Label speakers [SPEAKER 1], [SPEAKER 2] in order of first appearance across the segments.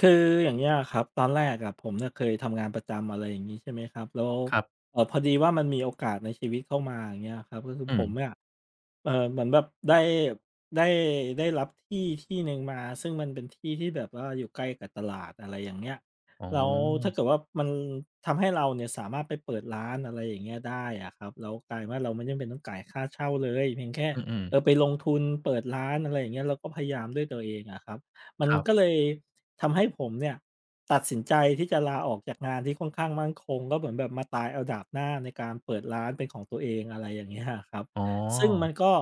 [SPEAKER 1] คืออย่างเงี้ยครับตอนแรกอะผมเนี่ยเคยทำงานประจำอะไรอย่างนี้ใช่ไหมครับแล้ว
[SPEAKER 2] ครับ
[SPEAKER 1] พอดีว่ามันมีโอกาสในชีวิตเข้ามาอย่างเงี้ยครับก็คือ
[SPEAKER 2] อื
[SPEAKER 1] ผม
[SPEAKER 2] ม
[SPEAKER 1] เนี่ยเหมือนแบบได้ได้รับที่ที่หนึ่งมาซึ่งมันเป็นที่ที่แบบว่าอยู่ใกล้กับตลาดอะไรอย่างเงี้ย
[SPEAKER 2] อ๋
[SPEAKER 1] แล้วถ้า
[SPEAKER 2] อ
[SPEAKER 1] เกิดว่ามันทำให้เราเนี่ยสามารถไปเปิดร้านอะไรอย่างเงี้ยได้อะครับแล้วกลายว่าเราไม่จำเป็นต้องจ่ายค่าเช่าเลยเพียงแค่
[SPEAKER 2] อืม
[SPEAKER 1] ไปลงทุนเปิดร้านอะไรอย่างเงี้ยเราก็พยายามด้วยตัวเองอะครับ มั
[SPEAKER 2] ๆค
[SPEAKER 1] น
[SPEAKER 2] รับ
[SPEAKER 1] ก็เลยทำให้ผมเนี่ยตัดสินใจที่จะลาออกจากงานที่ค่อนข้างมั่นคงก็เหมือนแบบมาตายเอาดาบหน้าในการเปิดร้านเป็นของตัวเองอะไรอย่างเงี้ยอะครับ
[SPEAKER 2] อ๋อ
[SPEAKER 1] ซึ่งมันก็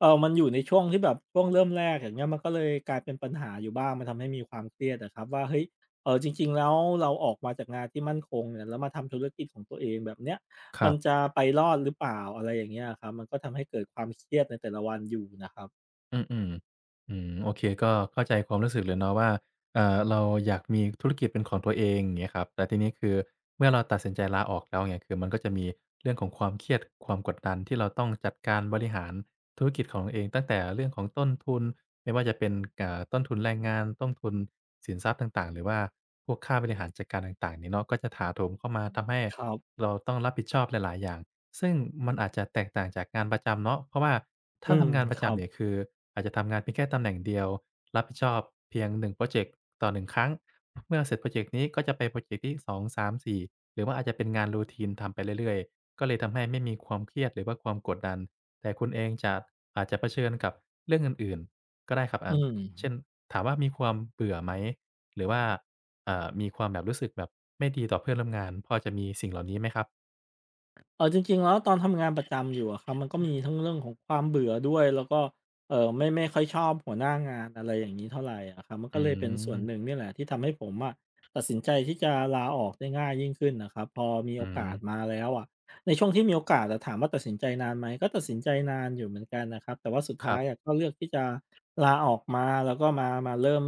[SPEAKER 1] มันอยู่ในช่วงที่แบบช่วงเริ่มแรกอย่างเงี้ยมันก็เลยกลายเป็นปัญหาอยู่บ้างมันทำให้มีความเครียดอะครับว่าเฮ้ยจริงๆแล้วเราออกมาจากงานที่มั่นคงเนี่ยแล้วมาทำธุรกิจของตัวเองแบบเนี้ย
[SPEAKER 2] ค
[SPEAKER 1] มั
[SPEAKER 2] รั
[SPEAKER 1] น
[SPEAKER 2] บ
[SPEAKER 1] จะไปรอดหรือเปล่าอะไรอย่างเงี้ยอะครับมันก็ทำให้เกิดความเครียดในแต่ละวันอยู่นะครับ
[SPEAKER 2] อืมๆอืมโอเค ก็เข้าใจความรู้สึกเลยเนาะว่าเราอยากมีธุรกิจเป็นของตัวเองอย่างเงี้ยครับแต่ทีนี้คือ เมื่อเราตัดสินใจลาออกแล้วเนี่ยคือมันก็จะมีเรื่องของความเครียดความกดดันที่เราต้องจัดการบริหารธุรกิจของตัวเองตั้งแต่เรื่องของต้นทุนไม่ว่าจะเป็นต้นทุนแรงงานต้นทุนสินทรัพย์ต่างๆหรือว่าพวกค่าบริหารจัดการต่างๆนี้เนาะก็จะถาโถมเข้ามาทำให้
[SPEAKER 1] ครับ
[SPEAKER 2] เราต้องรับผิดชอบหลายๆอย่าง ซึ่งมันอาจจะแตกต่างจากงานประจำเนาะเพราะว่า
[SPEAKER 1] อื
[SPEAKER 2] ถ้า
[SPEAKER 1] ม
[SPEAKER 2] ทำงานป
[SPEAKER 1] ค
[SPEAKER 2] ระ
[SPEAKER 1] รั
[SPEAKER 2] จำ
[SPEAKER 1] บ
[SPEAKER 2] เนี่ยคืออาจจะทำงานเพียงแค่ตำแหน่งเดียวรับผิดชอบเพียง1พรอเจกต์ต่อ1ครั้งเมื่อเสร็จพรอเจกต์นี้ก็จะไปพรอเจกต์ที่2 3 4หรือว่าอาจจะเป็นงาน routine ทำไปเรื่อยๆก็เลยทำให้ไม่มีความเครียดหรือว่าความกดดันแต่คุณเองจะอาจจะเผชิญกับเรื่องอื่นๆก็ได้ครับ
[SPEAKER 1] อื
[SPEAKER 2] อ่าเช่
[SPEAKER 1] ม
[SPEAKER 2] นถามว่ามีความเบื่อไหมหรือว่ามีความแบบรู้สึกแบบไม่ดีต่อเพื่อนร่วมงานพอจะมีสิ่งเหล่านี้ไหมครับ
[SPEAKER 1] จริงๆแล้วตอนทำงานประจำอยู่อะครับมันก็มีทั้งเรื่องของความเบื่อด้วยแล้วก็ไม่ค่อยชอบหัวหน้างานอะไรอย่างนี้เท่าไหรอะครับมัน
[SPEAKER 2] อื
[SPEAKER 1] ก็เลยเป็นส่วนหนึ่ง
[SPEAKER 2] ม
[SPEAKER 1] นี่แหละที่ทำให้ผมอะตัดสินใจที่จะลาออกได้ง่ายยิ่งขึ้นนะครับพอมีโอ
[SPEAKER 2] อืม
[SPEAKER 1] กาสมาแล้วอะในช่วงที่มีโอกาสอะถามว่าตัดสินใจนานไหมก็ตัดสินใจนานอยู่เหมือนกันนะครับแต่ว่าสุด
[SPEAKER 2] ค
[SPEAKER 1] ท้า
[SPEAKER 2] รั
[SPEAKER 1] ยอะ
[SPEAKER 2] บ
[SPEAKER 1] ก็เลือกที่จะลาออกมาแล้วก็มาเริ่ม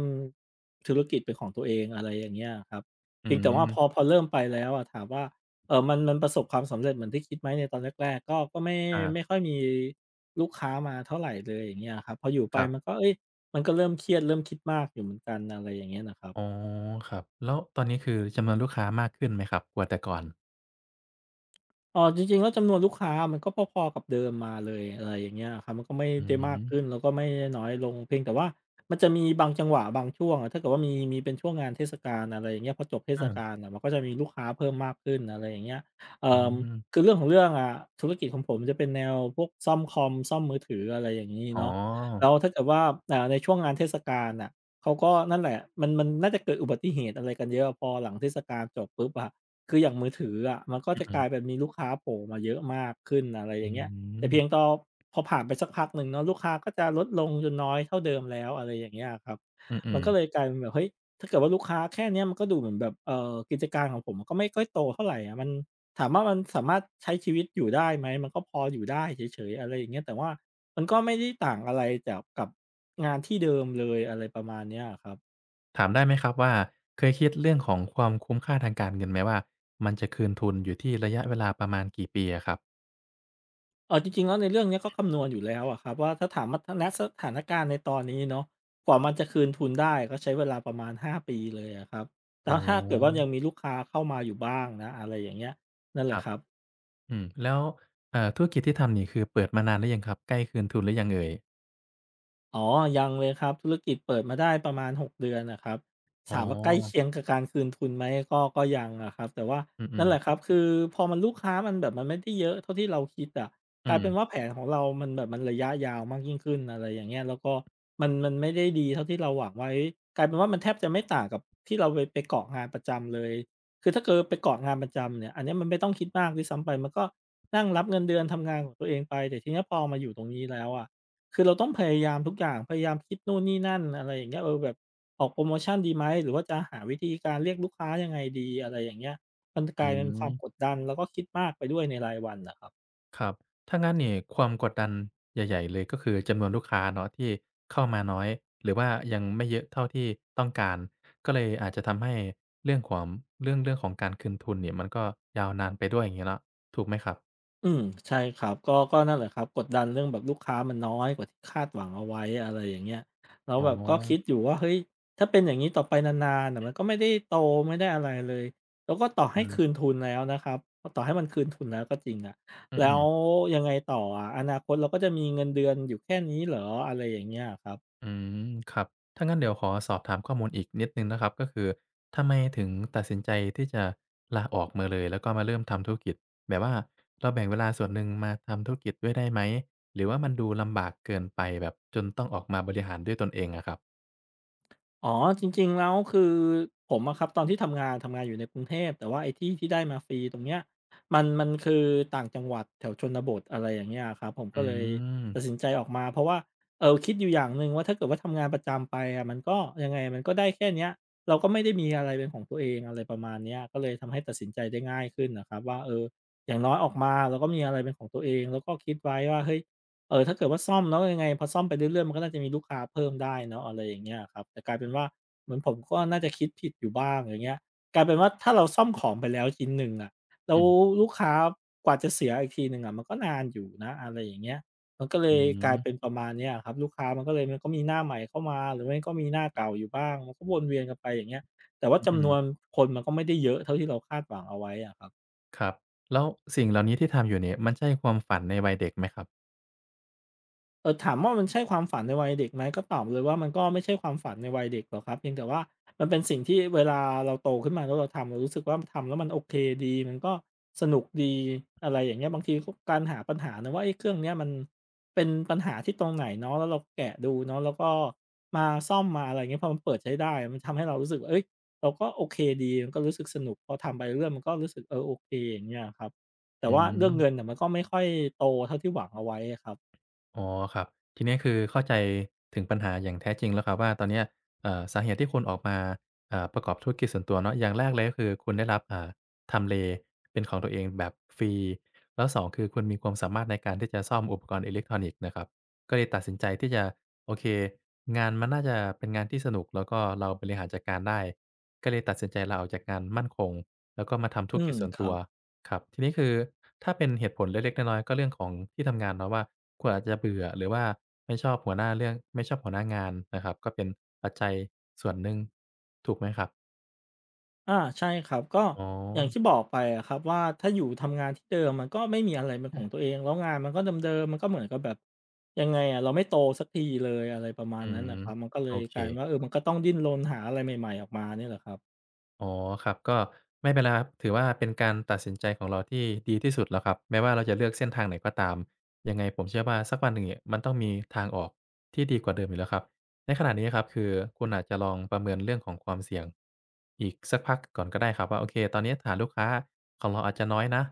[SPEAKER 1] ธุรกิจเป็นของตัวเองอะไรอย่างเงี้ยครับ
[SPEAKER 2] อื
[SPEAKER 1] เพียงแต่ว่า
[SPEAKER 2] ม
[SPEAKER 1] พอเริ่มไปแล้วอะถามว่า มันประสบความสำเร็จเหมือนที่คิดไหมในตอนแรกๆก็ไม่
[SPEAKER 2] อา
[SPEAKER 1] ไม่ค่อยมีลูกค้ามาเท่าไรเลยอย่างเงี้ยครับพออยู่ไป
[SPEAKER 2] ครั
[SPEAKER 1] มันก็
[SPEAKER 2] บ
[SPEAKER 1] เอ้ยมันก็เริ่มเครียดเริ่มคิดมากอยู่เหมือนกันอะไรอย่างเงี้ยน่ะครับ
[SPEAKER 2] อ๋อครับแล้วตอนนี้คือจำนวนลูกค้ามากขึ้นไหมครับกว่าแต่ก่อน
[SPEAKER 1] อ๋อจริงๆแล้วจำนวนลูกค้ามันก็พอๆกับเดิมมาเลยอะไรอย่างเงี้ยอะครับมันก็ไม่
[SPEAKER 2] อื
[SPEAKER 1] ได้มาก
[SPEAKER 2] ม
[SPEAKER 1] ขึ้นแล้วก็ไม่ได้น้อยลงเพียงแต่ว่ามันจะมีบางจังหวะบางช่วงอะถ้าเกิดว่ามีเป็นช่วงงานเทศกาลอะไรอย่างเงี้ยพอจบเทศ
[SPEAKER 2] อา
[SPEAKER 1] กาลน่ะมันก็จะมีลูกค้าเพิ่มมากขึ้นอะไรอย่างเงี้ยเอ่
[SPEAKER 2] อื
[SPEAKER 1] อคื
[SPEAKER 2] ม
[SPEAKER 1] อเรื่องของเรื่องอะธุรกิจของผมจะเป็นแนวพวกซ่อมคอมซ่อมมือถืออะไรอย่างงี้
[SPEAKER 2] อ๋อ
[SPEAKER 1] เนาะแล้วถ้าเกิดว่าในช่วงงานเทศกาลน่ะเขาก็นั่นแหละมันน่าจะเกิดอุบัติเหตุอะไรกันเยอะพอหลังเทศกาลจบปุ๊บอะ คืออย่างมือถืออะมันก็จะ
[SPEAKER 2] อื
[SPEAKER 1] ก
[SPEAKER 2] อ
[SPEAKER 1] ลาย
[SPEAKER 2] ๆ
[SPEAKER 1] เป็นมีลูกค้าโผล่มาเยอะมากขึ้นอะไรอ
[SPEAKER 2] อื
[SPEAKER 1] ย่างเงี้ยแต่เพียง
[SPEAKER 2] ม
[SPEAKER 1] ตอพอผ่านไปสักพักหนึ่งเนาะลูกค้าก็จะลดลงจนน้อยเท่าเดิมแล้วอะไรอย่างเงี้ยอะครับ
[SPEAKER 2] อื
[SPEAKER 1] มัน
[SPEAKER 2] ม
[SPEAKER 1] ก็เลย
[SPEAKER 2] ๆ
[SPEAKER 1] กลายเป็นแบบเฮ้ยถ้าเกิดว่าลูกค้าแค่เนี้ยมันก็ดูเหมือนแบบกิจการของผมมันก็ไม่ค่อยโตเท่าไรอะมันถามว่ามันสามารถใช้ชีวิตอยู่ได้ไหมมันก็พออยู่ได้เฉยๆอะไรอย่างเงี้ยแต่ว่ามันก็ไม่ได้ต่างอะไรจากกับงานที่เดิมเลยอะไรประมาณเนี้ยอะครับ
[SPEAKER 2] ถามได้ไหมครับว่าเคยคิดเรื่องของความคุ้มค่าทางการเงินไหมว่ามันจะคืนทุนอยู่ที่ระยะเวลาประมาณกี่ปีอะครับ
[SPEAKER 1] จริงๆแล้วในเรื่องเนี้ยก็คำนวณอยู่แล้วอะครับว่าถ้าถามมาณสถานการณ์ในตอนนี้เนาะกว่ามันจะคืนทุนได้ก็ใช้เวลาประมาณ5ปีเลยอะครับแต่
[SPEAKER 2] อ๋
[SPEAKER 1] ถ้าเกิดว่า
[SPEAKER 2] อ
[SPEAKER 1] ยังมีลูกค้าเข้ามาอยู่บ้างนะอะไรอย่างเงี้ยนั่นแห
[SPEAKER 2] ค
[SPEAKER 1] ละ
[SPEAKER 2] รับ
[SPEAKER 1] ครับ
[SPEAKER 2] อืมแล้วธุรกิจที่ทำนี่คือเปิดมานานหรือยังครับใกล้คืนทุนหรือยังเอ่ย
[SPEAKER 1] อ๋อยังเลยครับธุรกิจเปิดมาได้ประมาณ6เดือนนะครับ
[SPEAKER 2] อ๋อ
[SPEAKER 1] ถามว่าใกล้เคียงกับการคืนทุนไหม ก็ก็ยังอะครับ แต่ว่า
[SPEAKER 2] อื
[SPEAKER 1] นั่น
[SPEAKER 2] อ
[SPEAKER 1] แหละครั
[SPEAKER 2] ๆ
[SPEAKER 1] บ คือพอมันลูกค้ามันแบบมันไม่ได้เยอะเท่าที่เราคิดอะก
[SPEAKER 2] อื
[SPEAKER 1] ลาย
[SPEAKER 2] ม
[SPEAKER 1] เป็นว่าแผนของเรามันแบบมันระยะยาวมากยิ่งขึ้นอะไรอย่างเงี้ยแล้วก็มันไม่ได้ดีเท่าที่เราหวังไว้ กลายเป็นว่ามันแทบจะไม่ต่างกับที่เราไปเกาะงานประจำเลยคือถ้าเกิดไปเกาะงานประจำเนี่ยอันเนี้ยมันไม่ต้องคิดมากด้วยซ้ำไปมันก็นั่งรับเงินเดือนทำงานของตัวเองไปแต่ทีเนี้ยพอมาอยู่ตรงนี้แล้วอะ คือเราต้องพยายามทุกอย่าง พยายามคิดนู่นนี่นั่นอะไรอย่างเงี้ยเออแบบออกโพรโมชันดีไหม หรือว่าจะหาวิธีการเรียกลูกค้ายังไงดีอะไรอย่างเงี้ยมันก
[SPEAKER 2] อื
[SPEAKER 1] ลายเป็นความกด
[SPEAKER 2] ม
[SPEAKER 1] ดันแล้วก็คิดมากไปด้วยในรายวันน่ะครับ
[SPEAKER 2] ครับ ถ้างั้นเนี่ยความกดดันใหญ่ๆเลยก็คือจำนวนลูกค้าเนาะที่เข้ามาน้อยหรือว่ายังไม่เยอะเท่าที่ต้องการก็เลยอาจจะทำให้เรื่องของเรื่องของการคืนทุนเนี่ยมันก็ยาวนานไปด้วยอย่างงี้เนาะถูกไหมครับ
[SPEAKER 1] อืมใช่ครับก็นั่นแหละครับกดดันเรื่องแบบลูกค้ามันน้อยกว่าที่คาดหวังเอาไว้อะไรอย่างเงี้ยแล้ว
[SPEAKER 2] อ๋อ
[SPEAKER 1] แบบก็คิดอยู่ว่าเฮ้ยถ้าเป็นอย่างงี้ต่อไปนานๆน่ะมันก็ไม่ได้โตไม่ได้อะไรเลยแล้วก็ต่อ
[SPEAKER 2] อื
[SPEAKER 1] ให้คืน
[SPEAKER 2] ม
[SPEAKER 1] ทุนแล้วนะครับต่อให้มันคืนทุนแล้วก็จริงอะ
[SPEAKER 2] อื
[SPEAKER 1] แล้ว
[SPEAKER 2] อๆ
[SPEAKER 1] ยังไงต่ออะอนาคตเราก็จะมีเงินเดือนอยู่แค่นี้เหรออะไรอย่างเงี้ยอะครับ
[SPEAKER 2] อืมครับถ้างั้นเดี๋ยวขอสอบถามข้อมูลอีกนิดหนึ่งนะครับก็คือทำไมถึงตัดสินใจที่จะลาออกมาเลยแล้วก็มาเริ่มทำธุรกิจแบบว่าเราแบ่งเวลาส่วนหนึ่งมาทำธุรกิจด้วยได้ไหมหรือว่ามันดูลำบากเกินไปแบบจนต้องออกมาบริหารด้วยตนเองอะครับ
[SPEAKER 1] อ๋อจริงๆแล้วคือผมอะครับตอนที่ทำงานอยู่ในกรุงเทพแต่ว่าไอ้ที่ได้มาฟรีตรงเนี้ยมันคือต่างจังหวัดแถวชนบทอะไรอย่างเงี้ยอะครับผมก็
[SPEAKER 2] อื
[SPEAKER 1] เลย
[SPEAKER 2] ม
[SPEAKER 1] ตัดสินใจออกมาเพราะว่าคิดอยู่อย่างหนึ่งว่าถ้าเกิดว่าทำงานประจำไปอะมันก็ยังไงมันก็ได้แค่เนี้ยเราก็ไม่ได้มีอะไรเป็นของตัวเองอะไรประมาณเนี้ยก็เลยทำให้ตัดสินใจได้ง่ายขึ้นน่ะครับว่าเอออย่างน้อยออกมาเราก็มีอะไรเป็นของตัวเองแล้วก็คิดไว้ว่าเฮ้ย เออถ้าเกิดว่าซ่อมแล้วยังไงพอซ่อมไปเรื่อยๆมันก็น่าจะมีลูกค้าเพิ่มได้เนาะอะไรอย่างเงี้ยครับแต่กลายเป็นว่าเหมือนผมก็น่าจะคิดผิดอยู่บ้างอย่างเงี้ยกลายเป็นว่าถ้าเราซ่อมของไปแล้วชิ้นหนึ่งอะแล้ว
[SPEAKER 2] อืม
[SPEAKER 1] ลูกค้ากว่าจะเสียอีกทีหนึ่งอะมันก็นานอยู่นะอะไรอย่างเงี้ยมันก็เล
[SPEAKER 2] อื
[SPEAKER 1] ยกลา
[SPEAKER 2] ม
[SPEAKER 1] ยเป็นประมาณเนี้ยอะครับลูกค้ามันก็มีหน้าใหม่เข้ามาหรือไม่ก็มีหน้าเก่าอยู่บ้างมันก็วนเวียนกันไปอย่างเงี้ยแต่ว่า
[SPEAKER 2] อื
[SPEAKER 1] จำ
[SPEAKER 2] อ
[SPEAKER 1] นวนคนมันก็ไม่ได้เยอะเท่าที่เราคาดหวังเอาไว้อะครับ
[SPEAKER 2] ๆครับแล้วสิ่งเหล่านี้ที่ทำอยู่เนี่ยมันใช่ความฝันในวัยเด็กไหมครับ
[SPEAKER 1] เออถามว่ามันใช่ความฝันในวัยเด็กไหมก็ตอบเลยว่ามันก็ไม่ใช่ความฝันในวัยเด็กหรอกครับเพียงแต่ว่ามันเป็นสิ่งที่เวลาเราโตขึ้นมาแล้วเราทำเรารู้สึกว่าทำแล้วมันโอเคดีมันก็สนุกดีอะไรอย่างเงี้ยบางทีก็การหาปัญหานะว่าไอ้เครื่องเนี้ยมันเป็นปัญหาที่ตรงไหนเนาะแล้วเราแกะดูเนาะแล้วก็มาซ่อมมาอะไรเงี้ยพอมันเปิดใช้ได้มันทำให้เรารู้สึกว่าเอ้ยเราก็โอเคดีมันก็รู้สึกสนุกพอทำไปเรื่อยมันก็รู้สึกเออโอเคอย่างเงี้ยครับแต่
[SPEAKER 2] อื
[SPEAKER 1] ว่าเรื่องเงิน
[SPEAKER 2] ม
[SPEAKER 1] เน่ยมันก็ไม่ค่อยโตเท่าที่หวังเอาไว้ครับ
[SPEAKER 2] อ๋อครับทีนี้คือเข้าใจถึงปัญหาอย่างแท้จริงแล้วครับว่าตอนเนี้ยสาเหตุที่คุณออกมาประกอบธุรกิจส่วนตัวเนาะอย่างแรกเลยก็คือคุณได้รับทำเลเป็นของตัวเองแบบฟรีแล้ว2คือคุณมีความสามารถในการที่จะซ่อมอุปกรณ์อิเล็กทรอนิกส์นะครับก็เลยตัดสินใจที่จะโอเคงานมันน่าจะเป็นงานที่สนุกแล้วก็เราบริหารจัดการได้ก็เลยตัดสินใจลาออกจากงานมั่นคงแล้วก็มาทำธุ
[SPEAKER 1] อื
[SPEAKER 2] รกิ
[SPEAKER 1] ม
[SPEAKER 2] จส่วน
[SPEAKER 1] ค
[SPEAKER 2] ตั
[SPEAKER 1] รั
[SPEAKER 2] ว
[SPEAKER 1] บ
[SPEAKER 2] ครับทีนี้คือถ้าเป็นเหตุผลเล็กๆน้อยๆก็เรื่องของที่ทำงานเนาะว่าคุณอาจจะเบื่อหรือว่าไม่ชอบหัวหน้าเรื่องไม่ชอบหัวหน้างานนะครับก็เป็นปัจจัยส่วนหนึ่งถูกไหมครับ
[SPEAKER 1] อาใช่ครับก็
[SPEAKER 2] อ๋อ
[SPEAKER 1] อย่างที่บอกไปอะครับว่าถ้าอยู่ทำงานที่เดิมมันก็ไม่มีอะไรเป็นของตัวเองแล้วงานมันก็เดิมๆมันก็เหมือนกับแบบยังไงอะเราไม่โตสักทีเลยอะไรประมาณ
[SPEAKER 2] อื
[SPEAKER 1] นั้น
[SPEAKER 2] ม
[SPEAKER 1] นะครับมันก็เล
[SPEAKER 2] โอ
[SPEAKER 1] ย
[SPEAKER 2] เค
[SPEAKER 1] กลายเป็นว่าเออมันก็ต้องดิ้นรนหาอะไรใหม่ๆออกมาเนี่ยแหละครับ
[SPEAKER 2] อ๋อครับก็ไม่เป็นไรครับถือว่าเป็นการตัดสินใจของเราที่ดีที่สุดแล้วครับแม้ว่าเราจะเลือกเส้นทางไหนก็ตามยังไงผมเชื่อว่าสักวันหนึ่งเนี่ยมันต้องมีทางออกที่ดีกว่าเดิมอยู่แล้วครับในขณะนี้ครับคือคุณอาจจะลองประเมินเรื่องของความเสี่ยงอีกสักพักก่อนก็ได้ครับว่าโอเคตอนนี้ฐานลูกค้าของเราอาจจะน้อยนะ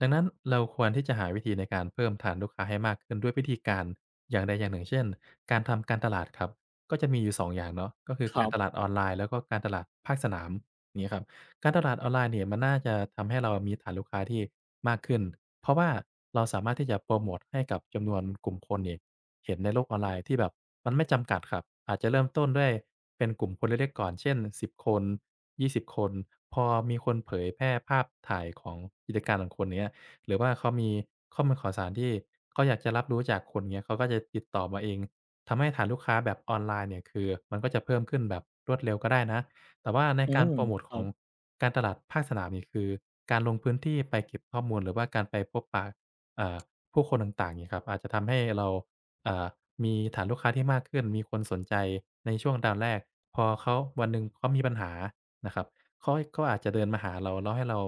[SPEAKER 2] ดังนั้นเราควรที่จะหาวิธีในการเพิ่มฐานลูกค้าให้มากขึ้นด้วยวิธีการอย่างใดอย่างหนึ่งเช่นการทำการตลาดครับก็จะมีอยู่สองอย่างเนาะก็คือ
[SPEAKER 1] ค
[SPEAKER 2] กา
[SPEAKER 1] รั
[SPEAKER 2] รตลา
[SPEAKER 1] บ
[SPEAKER 2] ดออนไลน์แล้วก็การตลาดภาคสนาม อย่างงี้ครับการตลาดออนไลน์เนี่ยมันน่าจะทำให้เรามีฐานลูกค้าที่มากขึ้นเพราะว่าเราสามารถที่จะโปรโมตให้กับจำนวนกลุ่มคนเนี่ยเห็นในโลกออนไลน์ที่แบบมันไม่จำกัดครับอาจจะเริ่มต้นด้วยเป็นกลุ่มคนเล็กๆก่อนเช่น10คน20คนพอมีคนเผยแพร่ภาพถ่ายของกิจการของคนเนี้ยหรือว่าเขามีข้อมูลข่าวสารที่เขาอยากจะรับรู้จากคนเนี้ยเขาก็จะติดต่อมาเองทำให้ฐานลูกค้าแบบออนไลน์เนี่ยคือมันก็จะเพิ่มขึ้นแบบรวดเร็วก็ได้นะ แต่ว่าใน
[SPEAKER 1] อื
[SPEAKER 2] การ
[SPEAKER 1] ม
[SPEAKER 2] โปรโมต
[SPEAKER 1] ค
[SPEAKER 2] ข
[SPEAKER 1] รั
[SPEAKER 2] อง
[SPEAKER 1] บ
[SPEAKER 2] การตลาดภาคสนามนี่คือการลงพื้นที่ไปเก็บข้อมูลหรือว่าการไปพบปะอ่าผู้คนต่างๆงี้ครับอาจจะทำให้เราอ่ามีฐานลูกค้าที่มากขึ้นมีคนสนใจในช่วงตอนแรกพอเขาวันหนึ่งเขามีปัญหานะครับเขาอาจจะเดินมาหาเราแล้วให้เรา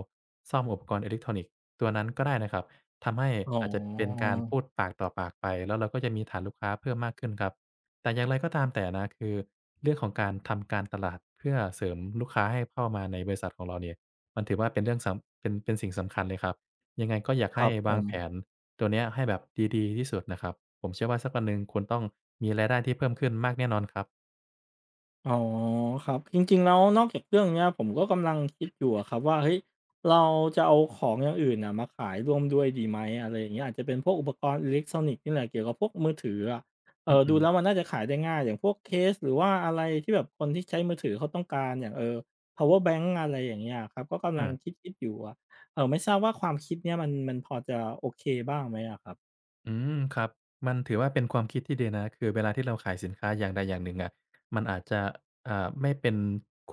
[SPEAKER 2] ซ่อมอุปกรณ์อิเล็กทรอนิกส์ตัวนั้นก็ได้นะครับทำให้
[SPEAKER 1] อ๋อ
[SPEAKER 2] อาจจะเป็นการพูดปากต่อปากไปแล้วเราก็จะมีฐานลูกค้าเพิ่มมากขึ้นครับ แต่อย่างไรก็ตามแต่นะคือเรื่องของการทำการตลาดเพื่อเสริมลูกค้าให้เข้ามาในบริษัทของเราเนี่ยมันถือว่าเป็นเรื่องสำเป็นเป็นสิ่งสำคัญเลยครับยังไงก็อยาก
[SPEAKER 1] ค
[SPEAKER 2] ให้
[SPEAKER 1] รับผ
[SPEAKER 2] วาง
[SPEAKER 1] ม
[SPEAKER 2] แผนตัวเนี้ยให้แบบดีๆที่สุดนะครับผมเชื่อว่าสักวันหนึ่งคุณต้องมีรายได้ที่เพิ่มขึ้นมากแน่นอนครับ
[SPEAKER 1] อ๋อครับจริงๆแล้วนอกจากเรื่องเนี้ยผมก็กำลังคิดอยู่อะครับว่าเฮ้ยเราจะเอาของอย่างอื่นนะมาขายร่วมด้วยดีไหมอะไรอย่างเงี้ยอาจจะเป็นพวกอุปกรณ์อิเล็กทรอนิกส์นี่แหละเกี่ยวกับพวกมือถืออะเอ
[SPEAKER 2] อื
[SPEAKER 1] อดู
[SPEAKER 2] อ
[SPEAKER 1] แล้วมั
[SPEAKER 2] ๆ
[SPEAKER 1] นน่าจะขายได้ง่ายอย่างพวกเคสหรือว่าอะไรที่แบบคนที่ใช้มือถือเขาต้องการอย่างเออพาเวอร์แบงก์อะไรอย่างเงี้ยครับก็กำลัง
[SPEAKER 2] อา
[SPEAKER 1] คิดๆอยู่อะเออไม่ทราบว่าความคิดเนี้ยมันพอจะโอเคบ้างไหมอะครับ
[SPEAKER 2] อืมครับมันถือว่าเป็นความคิดที่ดีนะคือเวลาที่เราขายสินค้าอย่างใดอย่างหนึ่งอะมันอาจจะไม่เป็น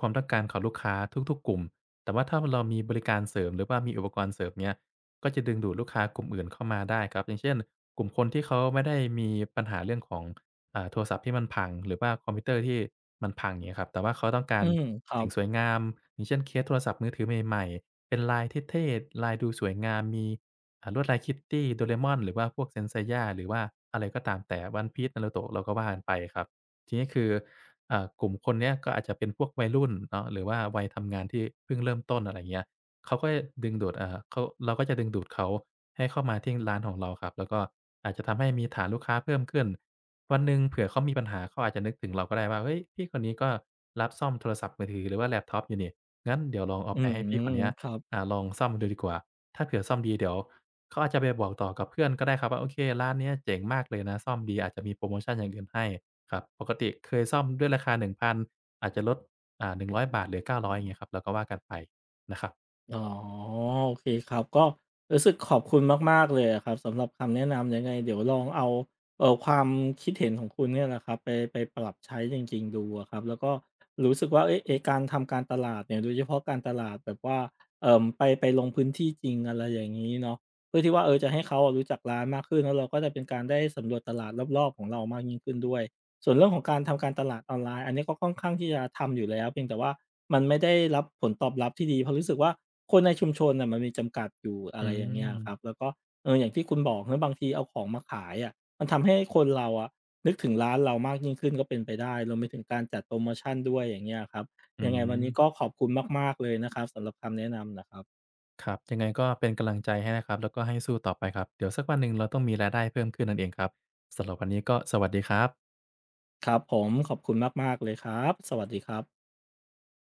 [SPEAKER 2] ความต้องการของลูกค้าทุกๆกลุ่มแต่ว่าถ้าเรามีบริการเสริมหรือว่ามีอุปกรณ์เสริมเงี้ยก็จะดึงดูดลูกค้ากลุ่มอื่นเข้ามาได้ครับอย่างเช่นกลุ่มคนที่เขาไม่ได้มีปัญหาเรื่องของโทรศัพท์ที่มันพังหรือว่าคอมพิวเตอร์ที่มันพังอย่างเงี้ยครับแต่ว่าเขาต้องกา
[SPEAKER 1] อื
[SPEAKER 2] ร
[SPEAKER 1] มครับ
[SPEAKER 2] สิ่งสวยงามอย่างเช่นเคสโทรศัพท์มือถือใหม่ๆเป็นลายเท่ๆลายดูสวยงามมี ลวดลายคิตตี้โดเรม่อนหรือว่าพวกเซนเซย่าหรือว่าอะไรก็ตามแต่วันพีซนารูโตะเราก็ว่ากันไปครับทีนี้คือกลุ่มคนเนี้ยก็อาจจะเป็นพวกวัยรุ่นเนาะหรือว่าวัยทำงานที่เพิ่งเริ่มต้นอะไรเงี้ยเขาก็จะดึงดูดอ่าเขาเราก็จะดึงดูดเขาให้เข้ามาที่ร้านของเราครับแล้วก็อาจจะทำให้มีฐานลูกค้าเพิ่มขึ้นวันหนึ่งเผื่อเขามีปัญหาเขาอาจจะนึกถึงเราก็ได้ว่าเฮ้ยพี่คนนี้ก็รับซ่อมโทรศัพท์มือถือหรือว่าแล็ปท็อปอยู่นี่งั้นเดี๋ยวลองเอา
[SPEAKER 1] อื
[SPEAKER 2] ไปให้พี่คน
[SPEAKER 1] ม
[SPEAKER 2] เนี้ย
[SPEAKER 1] ครับ
[SPEAKER 2] ลองซ่อมดูดีกว่าถ้าเผื่อซ่อมดีเดี๋ยวเขาอาจจะไปบอกต่อกับเพื่อนก็ได้ครับว่าโอเคร้านเนี้ยเจ๋งมากเลยนะซ่อมดีอาจจะมีโพรโมชันอย่างอื่นให้ครับปกติเคยซ่อมด้วยราคา1,000อาจจะลด100บาทเหลือ900อยอย่างเงี้ยครับแล้วก็ว่ากันไปนะครับ
[SPEAKER 1] อ๋อโอเคครับก็รู้สึกขอบคุณมากๆเลยอะครับสำหรับคำแนะนำยังไงเดี๋ยวลองเอาความคิดเห็นของคุณเนี่ยแหละครับไปปรับใช้จริงๆดูอะครับแล้วก็รู้สึกว่าเอ๊ะไอ้การทำการตลาดเนี่ยโดยเฉพาะการตลาดแบบว่าไปลงพื้นที่จริงอะไรอย่างงี้เนาะเพื่อที่ว่าเออจะให้เขาอะรู้จักร้านมากขึ้นแล้วเราก็จะเป็นการได้สำรวจตลาดรอบๆของเรามากยิ่งขึ้นด้วย ส่วนเรื่องของการทำการตลาดออนไลน์อันนี้ก็ค่อนข้างที่จะทำอยู่แล้วเพียงแต่ว่ามันไม่ได้รับผลตอบรับที่ดีเพราะรู้สึกว่าคนในชุมชนน่ะมันมีจำกัดอยู่อะ
[SPEAKER 2] อื
[SPEAKER 1] ไรอย่างเงี้ยครับ
[SPEAKER 2] ม
[SPEAKER 1] แล้วก็เอออย่างที่คุณบอกเนาะบางทีเอาของมาขายอะมันทำให้คนเราอะนึกถึงร้านเรามากยิ่งขึ้นก็เป็นไปได้รวมไปถึงการจัดโพรโมชันด้วยอย่างเงี้ยครับ
[SPEAKER 2] อื
[SPEAKER 1] ยังไงวันนี้ก็
[SPEAKER 2] ม
[SPEAKER 1] ขอบคุณมากๆเลยนะครับสำหรับคำแนะนำน่ะครับ
[SPEAKER 2] ครับยังไงก็เป็นกำลังใจให้นะครับแล้วก็ให้สู้ต่อไปครับเดี๋ยวสักวันหนึ่งเราต้องมีรายได้เพิ่มขึ้นนั่นเองครับสำหรับวันนี้ก็สวัสดีครับ
[SPEAKER 1] ครับผมขอบคุณมากๆเลยครับสวัสดีครับ